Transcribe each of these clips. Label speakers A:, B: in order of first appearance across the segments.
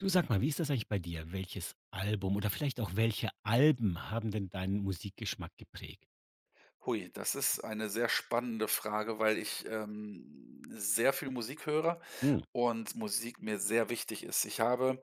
A: Du, sag mal, wie ist das eigentlich bei dir? Welches Album oder vielleicht auch welche Alben haben denn deinen Musikgeschmack geprägt?
B: Hui, das ist eine sehr spannende Frage, weil ich, sehr viel Musik höre
A: Hm,
B: und Musik mir sehr wichtig ist. Ich habe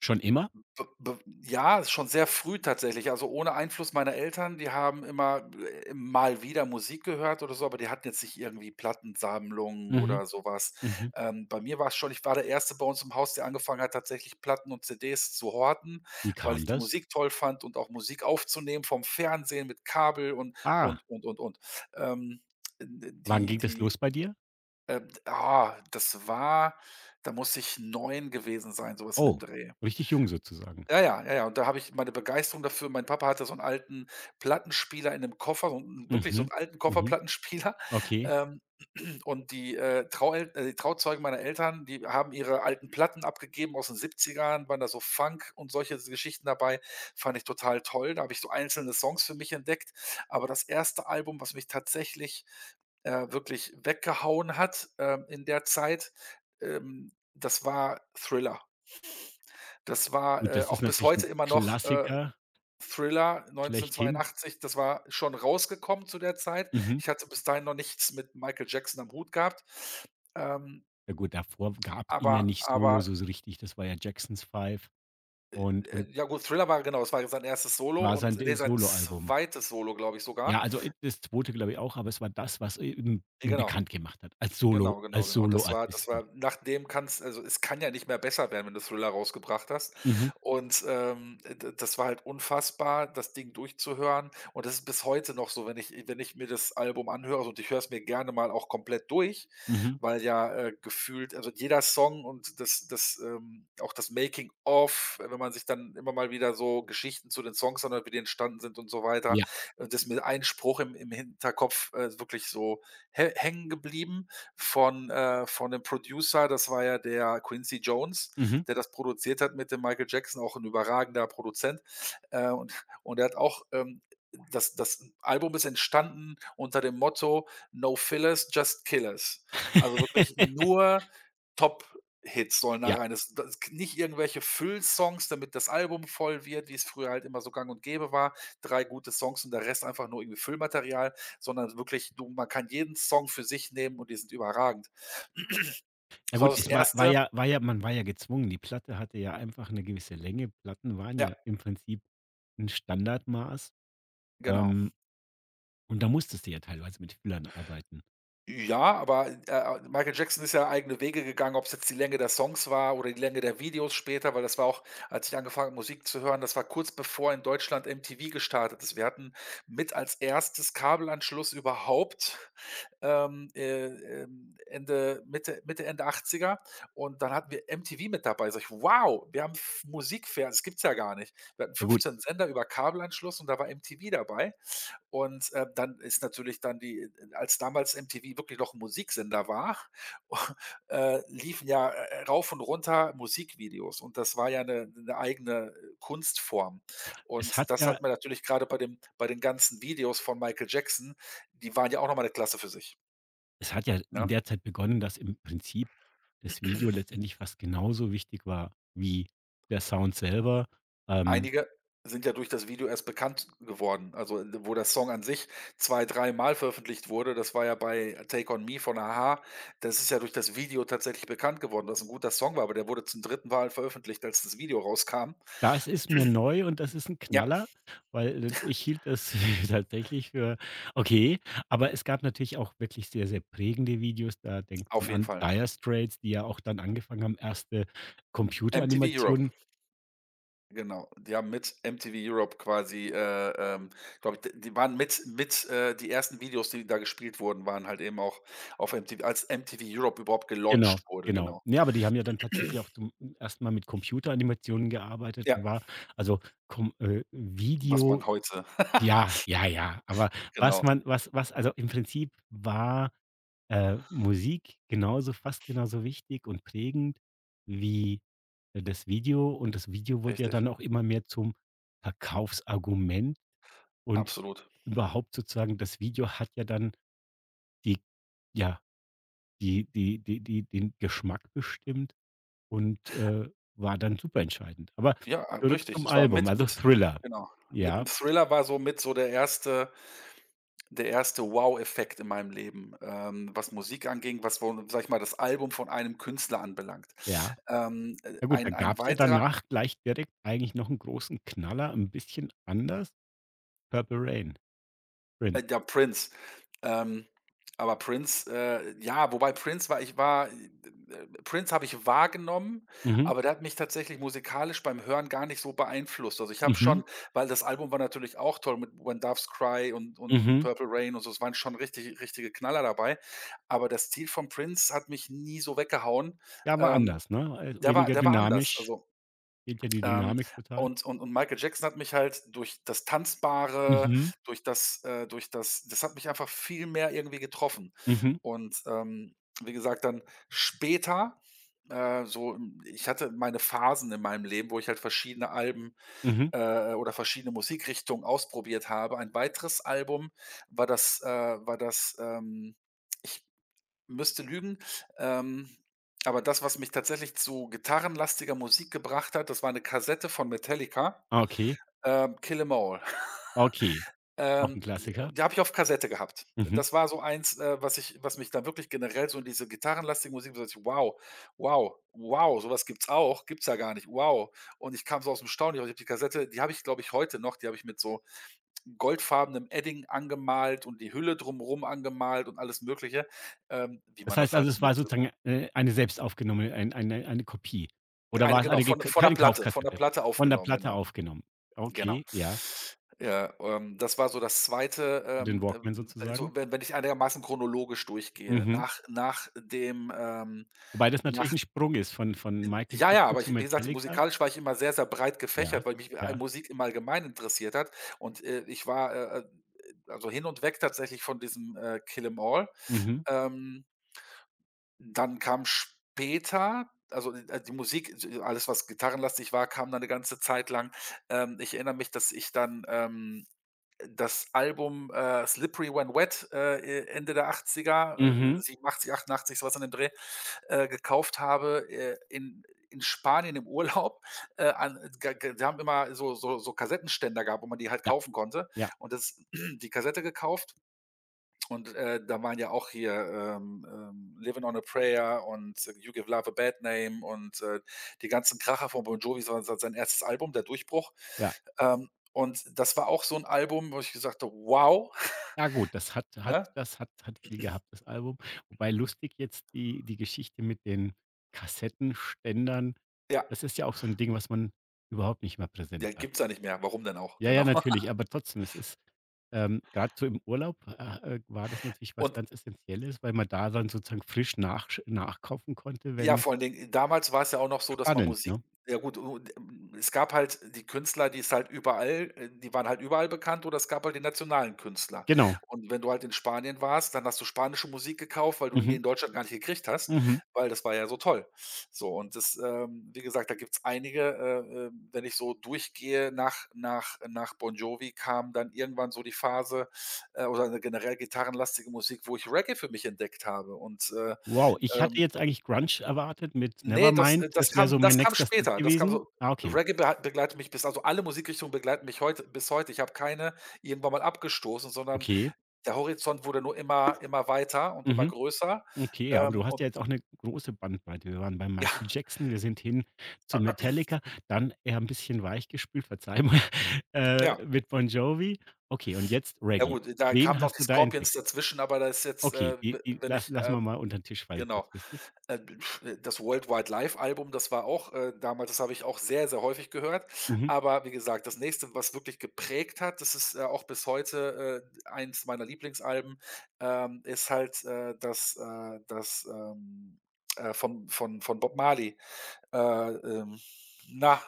A: schon immer?
B: Be be Ja, ist schon sehr früh tatsächlich, also ohne Einfluss meiner Eltern. Die haben immer mal wieder Musik gehört oder so, aber die hatten jetzt nicht irgendwie Plattensammlungen
A: Mhm,
B: oder so was.
A: mhm.
B: Bei mir war's schon, ich war der erste bei uns im Haus, der angefangen hat, tatsächlich Platten und CDs zu horten,
A: Wie
B: weil ich
A: kam
B: die
A: das?
B: Musik toll fand und auch Musik aufzunehmen vom Fernsehen mit Kabel und und
A: Ah,
B: und und und. Ähm, d
A: wann
B: die
A: ging das
B: die,
A: los bei dir?
B: ah, Das war, da muss ich 9 gewesen sein, so was in dem
A: Oh,
B: Dreh.
A: richtig jung sozusagen.
B: Ja, ja, ja, ja. Und da habe ich meine Begeisterung dafür. Mein Papa hatte so 'n alten Plattenspieler in 'nem Koffer, so 'n wirklich so
A: Mhm,
B: 'n alten
A: mhm.
B: Kofferplattenspieler.
A: Okay.
B: Ähm, und die Trauzeugen meiner Eltern, die haben ihre alten Platten abgegeben aus den Siebzigern, waren da so Funk und solche s Geschichten dabei. Fand ich total toll. Da habe ich so einzelne Songs für mich entdeckt. Aber das erste Album, was mich tatsächlich, wirklich weggehauen hat, in der Zeit, das war Thriller. Das war,
A: Gut, das ist
B: auch bis
A: natürlich
B: heute
A: ein
B: immer noch,
A: Klassiker
B: Thriller
A: schlechthin.
B: 1982. Das war schon rausgekommen zu der Zeit.
A: Mhm.
B: Ich hatte bis dahin noch nichts mit Michael Jackson am Hut gehabt. Ähm,
A: Ja gut, davor gab es ihn ja
B: aber
A: nicht solo
B: aber,
A: so richtig. Das war ja Jackson's Five und
B: ja gut, Thriller war, genau, es war ja sein erstes Solo
A: war
B: und,
A: sein de
B: ne, sein
A: Soloalbum.
B: zweites Solo, glaube ich sogar.
A: Ja, also, das 2. glaube ich auch, aber es war das, was eben
B: Ja,
A: ihn
B: genau.
A: bekannt gemacht hat als Solo
B: Genau, genau,
A: als
B: genau. Und das war das
A: Soloartisten.
B: war nachdem, kann's, also, es kann ja nicht mehr besser werden, wenn du Thriller rausgebracht hast.
A: Mhm,
B: Und, d das war halt unfassbar, das Ding durchzuhören. Und das ist bis heute noch so, wenn ich mir das Album anhöre so, und ich höre es mir gerne mal auch komplett durch,
A: mhm,
B: weil ja, gefühlt also jeder Song und das auch das Making of, wenn man sich dann immer mal wieder so Geschichten zu den Songs anhört, wie die entstanden sind und so weiter,
A: ja,
B: das ist mir ein Spruch im Hinterkopf, wirklich so hä hängen geblieben von dem Producer. Das war ja der Quincy Jones,
A: mhm.
B: der das produziert hat mit dem Michael Jackson, auch ein überragender Produzent. Und, er hat auch, das Album ist entstanden unter dem Motto No Fillers, Just Killers. Also wirklich nur Top-Hits sollen da
A: Ja,
B: rein. Das, nicht irgendwelche Füllsongs, damit das Album voll wird, wie es früher halt immer so gang und gäbe war. Drei gute Songs und der Rest einfach nur irgendwie Füllmaterial, sondern wirklich, du man kann jeden Song für sich nehmen, und die sind überragend.
A: na
B: Das war
A: gut,
B: das
A: es war war
B: erste.
A: ja war ja man war ja gezwungen. Die Platte hatte ja einfach 'ne gewisse Länge. Platten waren
B: Ja,
A: ja im Prinzip 'n Standardmaß,
B: genau.
A: ähm, und da musstest du ja teilweise mit Füllern arbeiten.
B: Ja, aber, Michael Jackson ist ja eigene Wege gegangen, ob es jetzt die Länge der Songs war oder die Länge der Videos später, weil das war auch, als ich angefangen habe, Musik zu hören. Das war kurz bevor in Deutschland MTV gestartet ist. Wir hatten mit als erstes Kabelanschluss überhaupt, ähm, äh, Ende 80er, und dann hatten wir MTV mit dabei. Sage ich: „Wow, wir haben F Musikfernsehen, das gibt's ja gar nicht." Wir hatten
A: Ja gut,
B: 15 Sender über Kabelanschluss und da war MTV dabei, und, dann ist natürlich dann die als damals MTV wirklich noch 'n Musiksender war, liefen ja, rauf und runter Musikvideos, und das war ja eine 'ne eigene, Kunstform.
A: es
B: Und
A: hat
B: das
A: ja
B: hat man natürlich gerade bei den ganzen Videos von Michael Jackson, die waren ja auch noch mal 'ne Klasse für sich,
A: es hat ja
B: ne?
A: in der Zeit begonnen, dass im Prinzip das Video letztendlich fast genauso wichtig war wie der Sound selber. Ähm,
B: Einige sind ja durch das Video erst bekannt geworden, also, wo der Song an sich 2, dreimal veröffentlicht wurde. Das war ja bei „Take on Me" von A-ha. Das ist ja durch das Video tatsächlich bekannt geworden, was ein guter Song war, aber der wurde zum dritten Mal veröffentlicht, als das Video rauskam.
A: das ist mir neu und das ist 'n
B: Ja,
A: Knaller, weil, ich hielt das tatsächlich für okay. Aber es gab natürlich auch wirklich sehr, sehr prägende Videos. Da denkt
B: auf
A: man
B: jeden
A: an
B: Fall.
A: Dire Straits, die ja auch dann angefangen haben, erste
B: MTV Europe,
A: Computeranimationen,
B: genau. Die haben mit MTV Europe quasi, glaube ich, die waren mit die ersten Videos, die da gespielt wurden, waren halt eben auch auf MTV, als MTV Europe überhaupt gelauncht
A: genau,
B: wurde,
A: genau.
B: genau.
A: Ne, aber die haben ja dann tatsächlich auch zum 1. Mal mit Computeranimationen gearbeitet.
B: Ja,
A: Da war also kom
B: was
A: Video,
B: man heute
A: ja, ja, ja. Aber was
B: genau,
A: man was was also im Prinzip war Musik genauso fast genauso wichtig und prägend wie, das Video, und das Video wurde ja dann
B: richtig.
A: auch immer mehr zum Verkaufsargument und
B: Absolut.
A: überhaupt sozusagen das Video hat ja dann die, ja, die den Geschmack bestimmt und, war dann super entscheidend. Aber
B: Ja,
A: zurück
B: richtig.
A: zum
B: Das war
A: Album, also
B: mit
A: Thriller.
B: genau, mit im
A: Ja,
B: Thriller war so mit so der erste Wow-Effekt in meinem Leben, was Musik anging, was, wo sage ich mal, das Album von einem Künstler anbelangt.
A: ja. Na gut, da
B: Ein
A: gab's ja
B: weiterer.
A: danach gleich direkt eigentlich noch einen großen Knaller, ein bisschen anders, Purple Rain, Prince.
B: Ja, Prince. Ähm, aber Prince, ja, wobei Prince habe ich wahrgenommen,
A: Mhm,
B: aber der hat mich tatsächlich musikalisch beim Hören gar nicht so beeinflusst. Also, ich habe
A: mhm,
B: schon, weil das Album war natürlich auch toll mit „When Doves Cry" und
A: mhm.
B: „Purple Rain" und so, es waren schon richtige Knaller dabei, aber das Stil von Prince hat mich nie so weggehauen.
A: Ja, war
B: Ähm,
A: anders, ne?
B: der war
A: Weniger
B: der war anders.
A: dynamisch.
B: Also,
A: Fehlt ja die
B: ähm,
A: Dynamik total.
B: Michael Jackson hat mich halt durch das Tanzbare,
A: Mhm,
B: durch das, durch das hat mich einfach viel mehr irgendwie getroffen.
A: mhm,
B: Und, wie gesagt, dann später, ich hatte meine Phasen in meinem Leben, wo ich halt verschiedene Alben,
A: mhm.
B: oder verschiedene Musikrichtungen ausprobiert habe. Ein weiteres Album war das äh, war das, ich müsste lügen. Ähm, aber das, was mich tatsächlich zu gitarrenlastiger Musik gebracht hat, das war eine Kassette von Metallica,
A: Ah, okay,
B: „Kill 'Em All".
A: okay. Auch ein
B: Ähm,
A: Klassiker.
B: und die habe ich auf Kassette gehabt.
A: Mhm.
B: Das war so eins, was mich da wirklich generell so in diese gitarrenlastige Musik, so ich, wow, wow, wow, sowas gibt's auch, gibt's ja gar nicht, wow. Und ich kam so aus dem Staunen, ich habe die Kassette, die habe ich, glaube ich, heute noch, die habe ich mit so goldfarbenem Edding angemalt und die Hülle drumherum angemalt und alles Mögliche, wie
A: Das
B: man
A: heißt
B: das
A: also,
B: halt
A: es
B: so mit.
A: war sozusagen, eine selbst aufgenommene eine Kopie, oder
B: Eine,
A: war es
B: genau,
A: eine gek
B: von der
A: keine
B: Platte
A: Kaufkassette? Von der
B: Aufgenommen,
A: Platte
B: genau.
A: aufgenommen.
B: Genau.
A: Okay, ja,
B: Ja, das war so das zweite,
A: für den Walkman
B: also
A: sozusagen.
B: wenn ich einigermaßen chronologisch durchgehe,
A: Mhm.
B: nach nach dem,
A: Wobei das natürlich
B: nach
A: ein Sprung ist von Michael
B: ja, ja,
A: Jackson
B: aber ich,
A: zu
B: wie gesagt,
A: Metallica.
B: musikalisch war ich immer sehr, sehr breit
A: Ja,
B: gefächert, weil mich,
A: ja.
B: Musik im Allgemeinen interessiert hat, und, ich war, also hin und weg tatsächlich von diesem, Kill 'Em All.
A: Mhm,
B: Ähm Dann kam später, also die Musik, d alles, was gitarrenlastig war, kam dann 'ne ganze Zeit lang. Ich erinnere mich, dass ich dann, das Album, „Slippery When Wet", e Ende der Achtziger, er
A: mhm.
B: 87, 88, so was in dem Dreh, gekauft habe, in Spanien im Urlaub, an g g die haben immer so Kassettenständer gehabt, wo man die halt
A: Ja,
B: kaufen konnte,
A: ja,
B: und das die Kassette gekauft. Und, da waren ja auch hier, „Livin' on a Prayer" und „You Give Love a Bad Name" und, die ganzen Kracher von Bon Jovi, das war se sein erstes Album, der Durchbruch.
A: ja.
B: Und das war auch so ein Album, wo ich gesagt habe: „Wow",
A: Ja gut,
B: ne?
A: das hat hat viel gehabt, das Album. Wobei lustig jetzt die Geschichte mit den Kassettenständern,
B: Ja,
A: das ist ja auch so ein Ding, was man überhaupt nicht mehr präsent
B: ja,
A: hat.
B: gibt's ja nicht mehr. Warum denn auch?
A: Ja, ja,
B: Genau.
A: natürlich, aber trotzdem, es ist, ähm, grad so im Urlaub, war das natürlich was
B: Und
A: ganz essentielles, weil man da dann sozusagen frisch nach nachkaufen konnte,
B: Ja,
A: wenn,
B: vor allen Dingen, damals war es ja auch noch so, dass man
A: spannend,
B: Musik
A: ne?
B: ja gut, u es gab halt die Künstler, die es halt überall, die waren halt überall bekannt, oder es gab halt die nationalen Künstler.
A: Genau.
B: Und wenn du halt in Spanien warst, dann hast du spanische Musik gekauft, weil du die
A: Mhm,
B: in Deutschland gar nicht gekriegt hast,
A: mhm.
B: weil das war ja so toll. So und das, wie gesagt, da gibt's einige, wenn ich so durchgehe, nach Bon Jovi, kam dann irgendwann so die Phase, oder eine generell gitarrenlastige Musik, wo ich Reggae für mich entdeckt habe und,
A: Wow, ich hatte
B: ähm
A: jetzt eigentlich Grunge erwartet mit
B: ne, das,
A: Nevermind,
B: das
A: das wäre so
B: kam
A: mein
B: das kam
A: nächster Step
B: später. Das kam
A: gewesen.
B: so.
A: Ah, okay.
B: Reggae beha begleitet mich bis, also alle Musikrichtungen begleiten mich heute bis heute. Ich habe keine irgendwann mal abgestoßen, sondern
A: Okay.
B: der Horizont wurde nur immer immer weiter und immer
A: Mhm.
B: größer.
A: Okay, ja, aber du hast
B: Und
A: ja jetzt auch eine große Bandbreite. Wir waren bei
B: ja,
A: Michael Jackson, wir sind hin zu Metallica, dann eher ein bisschen weichgespült, verzeih mal,
B: ja.
A: mit Bon Jovi. Okay, und jetzt
B: Ja
A: Reggae.
B: gut, da
A: Wen
B: kamen noch
A: hast
B: die
A: du da entdeckt?
B: Scorpions dazwischen, aber da ist jetzt,
A: Okay,
B: w
A: die die
B: wenn
A: lass
B: ich,
A: lassen wir mal unter den Tisch fallen
B: genau.
A: kurzfristig.
B: Äh, Das „World Wide Live" Album, das war auch, damals, das habe ich auch sehr, sehr häufig gehört.
A: Mhm.
B: Aber wie gesagt, das nächste, was wirklich geprägt hat, das ist, auch bis heute, eins meiner Lieblingsalben, ist halt, von Bob Marley. Äh, ähm, na,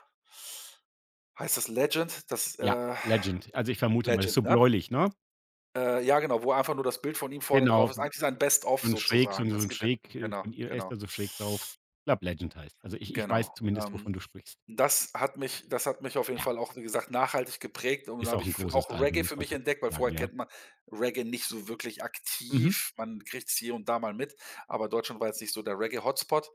B: heißt das „Legend"? Das,
A: Ja, Legend. Also, ich vermute mal, das ist
B: „Legend",
A: so
B: ne?
A: bläulich, ne?
B: Ja, genau, wo einfach nur das Bild von ihm vorne
A: Genau,
B: drauf ist.
A: so
B: Eigentlich sein Best of
A: 'n schräg so 'n
B: sozusagen.
A: so
B: Es
A: 'n
B: gibt ja,
A: schräg,
B: genau,
A: von ihr ist
B: genau,
A: da so schräg drauf. Ich glaube Legend heißt. Also, ich
B: genau.
A: weiß zumindest, wovon du sprichst.
B: Das hat mich auf jeden
A: Ja,
B: Fall auch, wie gesagt, nachhaltig geprägt und dann
A: ist
B: habe
A: auch
B: ich
A: ein
B: f auch
A: großes Album,
B: Reggae
A: muss
B: für
A: man
B: mich
A: tatsächlich
B: entdeckt, weil
A: sagen,
B: vorher
A: ja.
B: kennt man Reggae nicht so wirklich
A: Mhm.
B: aktiv. Man kriegt's hier und da mal mit, aber Deutschland war jetzt nicht so der Reggae-Hotspot.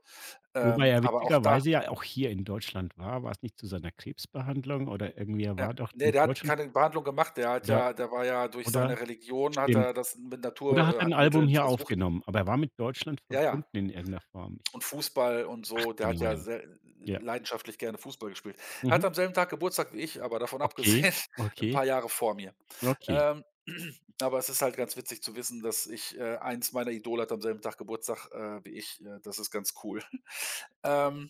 A: Wobei er
B: Aber auch da
A: witzigerweise ja auch hier in Deutschland war. War es nicht zu seiner Krebsbehandlung oder irgendwie, er
B: ja,
A: war doch
B: ne,
A: mit
B: der hat
A: Deutschland
B: keine Behandlung gemacht. Der hat
A: oder
B: ja der war ja, durch seine
A: oder
B: Religion hat
A: stimmt.
B: er das mit
A: Oder
B: Natur
A: hat er
B: ha
A: 'n Album
B: Mitteln
A: hier
B: versucht.
A: aufgenommen, aber er war mit Deutschland
B: Ja, ja.
A: verbunden in irgendeiner Form.
B: Und Fußball und
A: Ach
B: so, der hat
A: genau, ja.
B: ja sehr
A: Ja.
B: leidenschaftlich gerne Fußball gespielt. Hat
A: Mhm.
B: am selben Tag Geburtstag wie ich, aber davon
A: Okay,
B: abgesehen 'n
A: okay,
B: paar Jahre vor mir.
A: okay,
B: Ähm, aber es ist halt ganz witzig zu wissen, dass ich eins meiner Idole hat am selben Tag Geburtstag, wie ich. Das ist ganz cool. Ähm,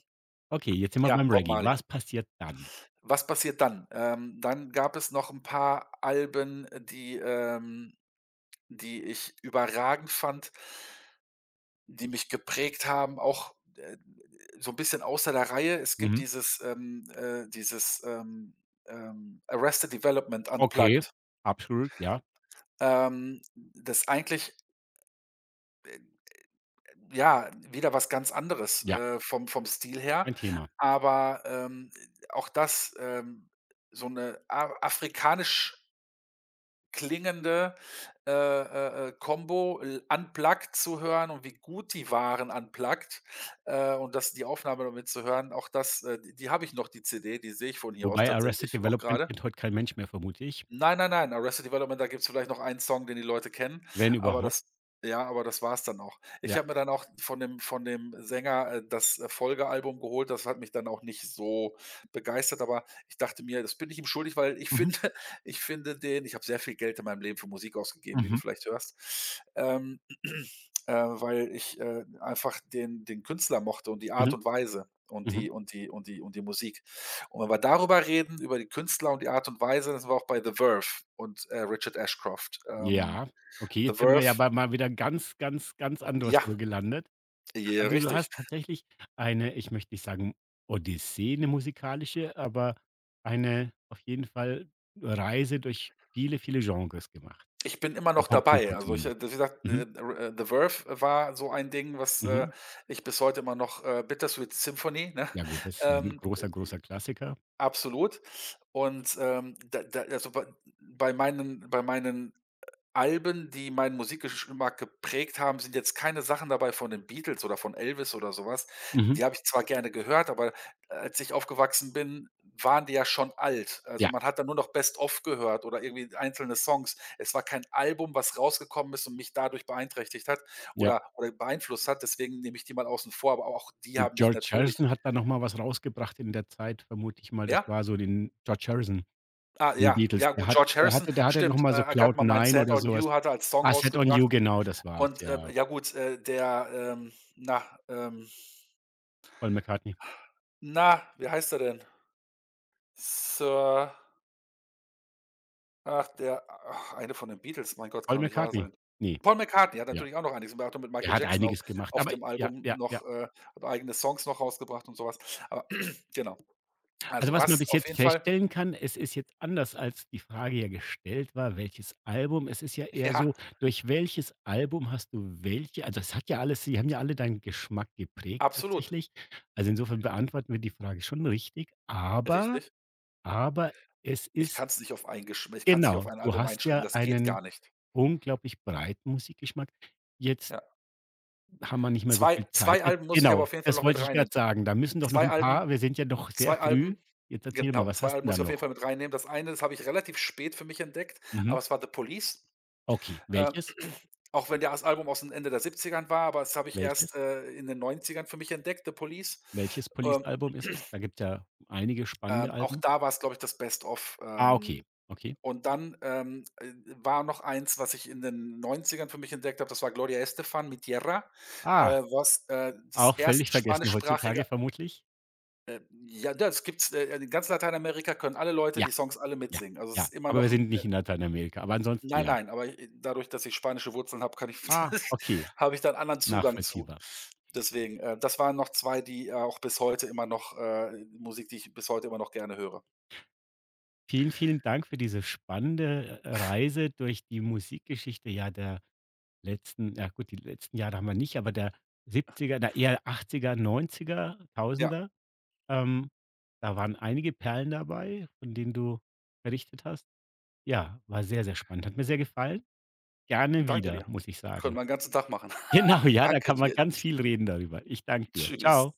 A: okay, jetzt sind wir
B: ja,
A: beim
B: Bob
A: Reggae.
B: Marley.
A: Was passiert dann?
B: Was passiert dann? Dann gab es noch ein paar Alben, die die ich überragend fand, die mich geprägt haben, auch, so ein bisschen außer der Reihe. Es gibt
A: Mhm.
B: dieses Arrested Development
A: Okay,
B: Unplugged.
A: absolut, ja,
B: Das eigentlich ja, wieder was ganz anderes,
A: ja,
B: vom Stil her.
A: kein Thema.
B: Aber, ähm, auch das, so eine a afrikanisch klingende, Combo, l unplugged zu hören und wie gut die waren unplugged, und das die Aufnahme damit zu hören, auch das, die habe ich noch, die CD, die sehe ich von hier aus
A: Wobei Arrested
B: tatsächlich auch
A: Development
B: gerade.
A: kennt heute kein Mensch mehr, vermute ich,
B: Nein, nein, nein, Arrested Development, da gibt's vielleicht noch einen Song, den die Leute kennen,
A: wenn
B: aber
A: überhaupt.
B: das ja, aber das war's dann auch. Ich
A: Ja.
B: habe mir dann auch von dem Sänger, das, Folgealbum geholt. Das hat mich dann auch nicht so begeistert, aber ich dachte mir, das bin ich ihm schuldig, weil ich
A: Mhm,
B: finde ich finde den ich habe sehr viel Geld in meinem Leben für Musik ausgegeben, wie du
A: mhm,
B: vielleicht hörst, ähm, weil ich, einfach den Künstler mochte und die Art
A: mhm,
B: und Weise und die
A: mhm.
B: und die und die und die Musik. Und wenn wir darüber reden, über die Künstler und die Art und Weise, dann sind wir auch bei The Verve und, Richard Ashcroft.
A: Ja, okay,
B: The
A: jetzt sind wir
B: Verve,
A: ja bei mal wieder ganz, ganz, ganz
B: ja,
A: anderswo gelandet.
B: j
A: Also, du
B: richtig.
A: hast tatsächlich eine, ich möchte nicht sagen Odyssee, eine musikalische, aber eine auf jeden Fall Reise durch viele, viele Genres gemacht.
B: Ich bin immer
A: Der
B: noch dabei.
A: Popkultur
B: Also, ich,
A: zumindest.
B: wie gesagt,
A: Mhm,
B: The Verve war so ein Ding, was,
A: mhm.
B: ich bis heute immer noch Bittersweet Symphony, ne?
A: Ja gut, das ist ein
B: Ähm,
A: großer, großer Klassiker.
B: absolut. Und, da da also, bei meinen Alben, die meinen Musikgeschmack geprägt haben, sind jetzt keine Sachen dabei von den Beatles oder von Elvis oder so was.
A: Mhm.
B: Die habe ich zwar gerne gehört, aber als ich aufgewachsen bin, waren die ja schon alt. Also,
A: Ja,
B: man hat dann nur noch Best of gehört oder irgendwie einzelne Songs. Es war kein Album, was rausgekommen ist und mich dadurch beeinträchtigt hat
A: ja.
B: oder beeinflusst hat. Deswegen nehme ich die mal außen vor, aber auch die
A: Gut,
B: haben mich
A: George
B: natürlich
A: Harrison hat da noch mal was rausgebracht in der Zeit, vermute ich mal. Das
B: ja?
A: war so den George Harrison.
B: Ah,
A: Von
B: ja,
A: Beatles.
B: ja,
A: Der
B: gut,
A: hat
B: George
A: der
B: Harrison,
A: hatte der hatte noch
B: stimmt.
A: mal so
B: „I Got
A: „Cloud
B: My Mind
A: Nine"
B: Set
A: oder
B: on
A: so was.
B: You“ hat er als Song
A: „I Set on
B: rausgebracht.
A: You“, genau, das war's,
B: Und,
A: ja.
B: ja gut,
A: Paul McCartney.
B: wie heißt er denn? Sir, ach, der, ach, eine von den Beatles, mein Gott, kann
A: Paul
B: doch nicht wahr
A: McCartney.
B: sein.
A: Ne,
B: Paul McCartney hat
A: ja.
B: natürlich auch noch einiges gemacht und mit
A: Der
B: Michael
A: hat
B: Jackson auch
A: einiges gemacht,
B: auf
A: aber
B: dem
A: ja,
B: Album
A: ja, ja.
B: noch, hat eigene Songs noch rausgebracht und sowas. Aber genau.
A: Also,
B: Also,
A: was man
B: was
A: bis
B: auf
A: jetzt
B: jeden Fall
A: feststellen kann, es ist jetzt anders, als die Frage ja gestellt war, welches Album. Es ist ja eher
B: ja,
A: so, durch welches Album hast du welche, also, es hat ja alles, sie haben ja alle deinen Geschmack geprägt
B: absolut,
A: tatsächlich. Also, insofern beantworten wir die Frage schon richtig,
B: richtig.
A: aber es ist.
B: Ich kann es nicht auf
A: Genau,
B: ein
A: du
B: Album
A: hast
B: einschränken,
A: ja
B: das geht gar
A: einen
B: nicht.
A: unglaublich breiten Musikgeschmack. Jetzt
B: Ja.
A: haben wir nicht mehr so
B: zwei
A: viel Zeit.
B: zwei Alben muss ich aber
A: Genau,
B: auf jeden Fall
A: das
B: noch mit
A: wollte ich
B: reinnehmen.
A: grad sagen. Da müssen doch noch
B: 2
A: 'n
B: Alben
A: paar, wir sind ja noch sehr
B: zwei
A: früh.
B: Alben
A: Jetzt erzähl mal,
B: genau,
A: was
B: 2
A: hast
B: Alben
A: 'n
B: muss
A: da
B: ich auf jeden
A: noch?
B: Fall mit reinnehmen. Das eine, das habe ich relativ spät für mich entdeckt,
A: Mhm.
B: aber es war The Police.
A: Okay,
B: Äh,
A: welches?
B: auch wenn das Album aus'm Ende der 70 war, aber das habe ich erst,
A: Welches?
B: in den 90 für mich entdeckt, The Police.
A: Welches
B: Ähm,
A: Police-Album ist es? Da gibt's ja einige spannende
B: auch
A: Alben.
B: da war es, glaube ich, das Best of.
A: Ah, okay, okay.
B: Und dann, war noch eins, was ich in den 90 für mich entdeckt habe, das war Gloria Estefan mit „Tierra“,
A: Ah,
B: das
A: auch völlig
B: erste
A: vergessen
B: spanischsprachige
A: heutzutage vermutlich.
B: äh, ja, das gibt's, in ganz Lateinamerika können alle Leute
A: Ja,
B: die Songs alle
A: ja,
B: mitsingen. Also, es
A: ja.
B: ist immer
A: Aber wir
B: noch
A: sind
B: 'n
A: nicht in Lateinamerika, aber ansonsten
B: nein,
A: ja.
B: nein, aber i dadurch, dass ich spanische Wurzeln habe, kann ich
A: Ah, okay,
B: habe ich da 'n anderen Zugang zu.
A: nachvollziehbar.
B: Deswegen, das waren noch 2, die, auch bis heute immer noch Musik, die ich bis heute immer noch gerne höre.
A: Vielen, vielen Dank für diese spannende Reise durch die Musikgeschichte, ja, der letzten, ja gut, die letzten Jahre haben wir nicht, aber der 70er, eher 80er, 90er,
B: Ja,
A: 1000er. Ähm, da waren einige Perlen dabei, von denen du berichtet hast. Ja, war sehr, sehr spannend. Hat mir sehr gefallen. Gerne
B: danke
A: wieder,
B: dir.
A: muss ich
B: Können
A: sagen.
B: wir 'n ganzen Tag machen.
A: Genau, ja, da
B: Danke
A: kann man
B: dir.
A: ganz viel reden darüber. Ich danke dir.
B: Tschüss.
A: Ciao.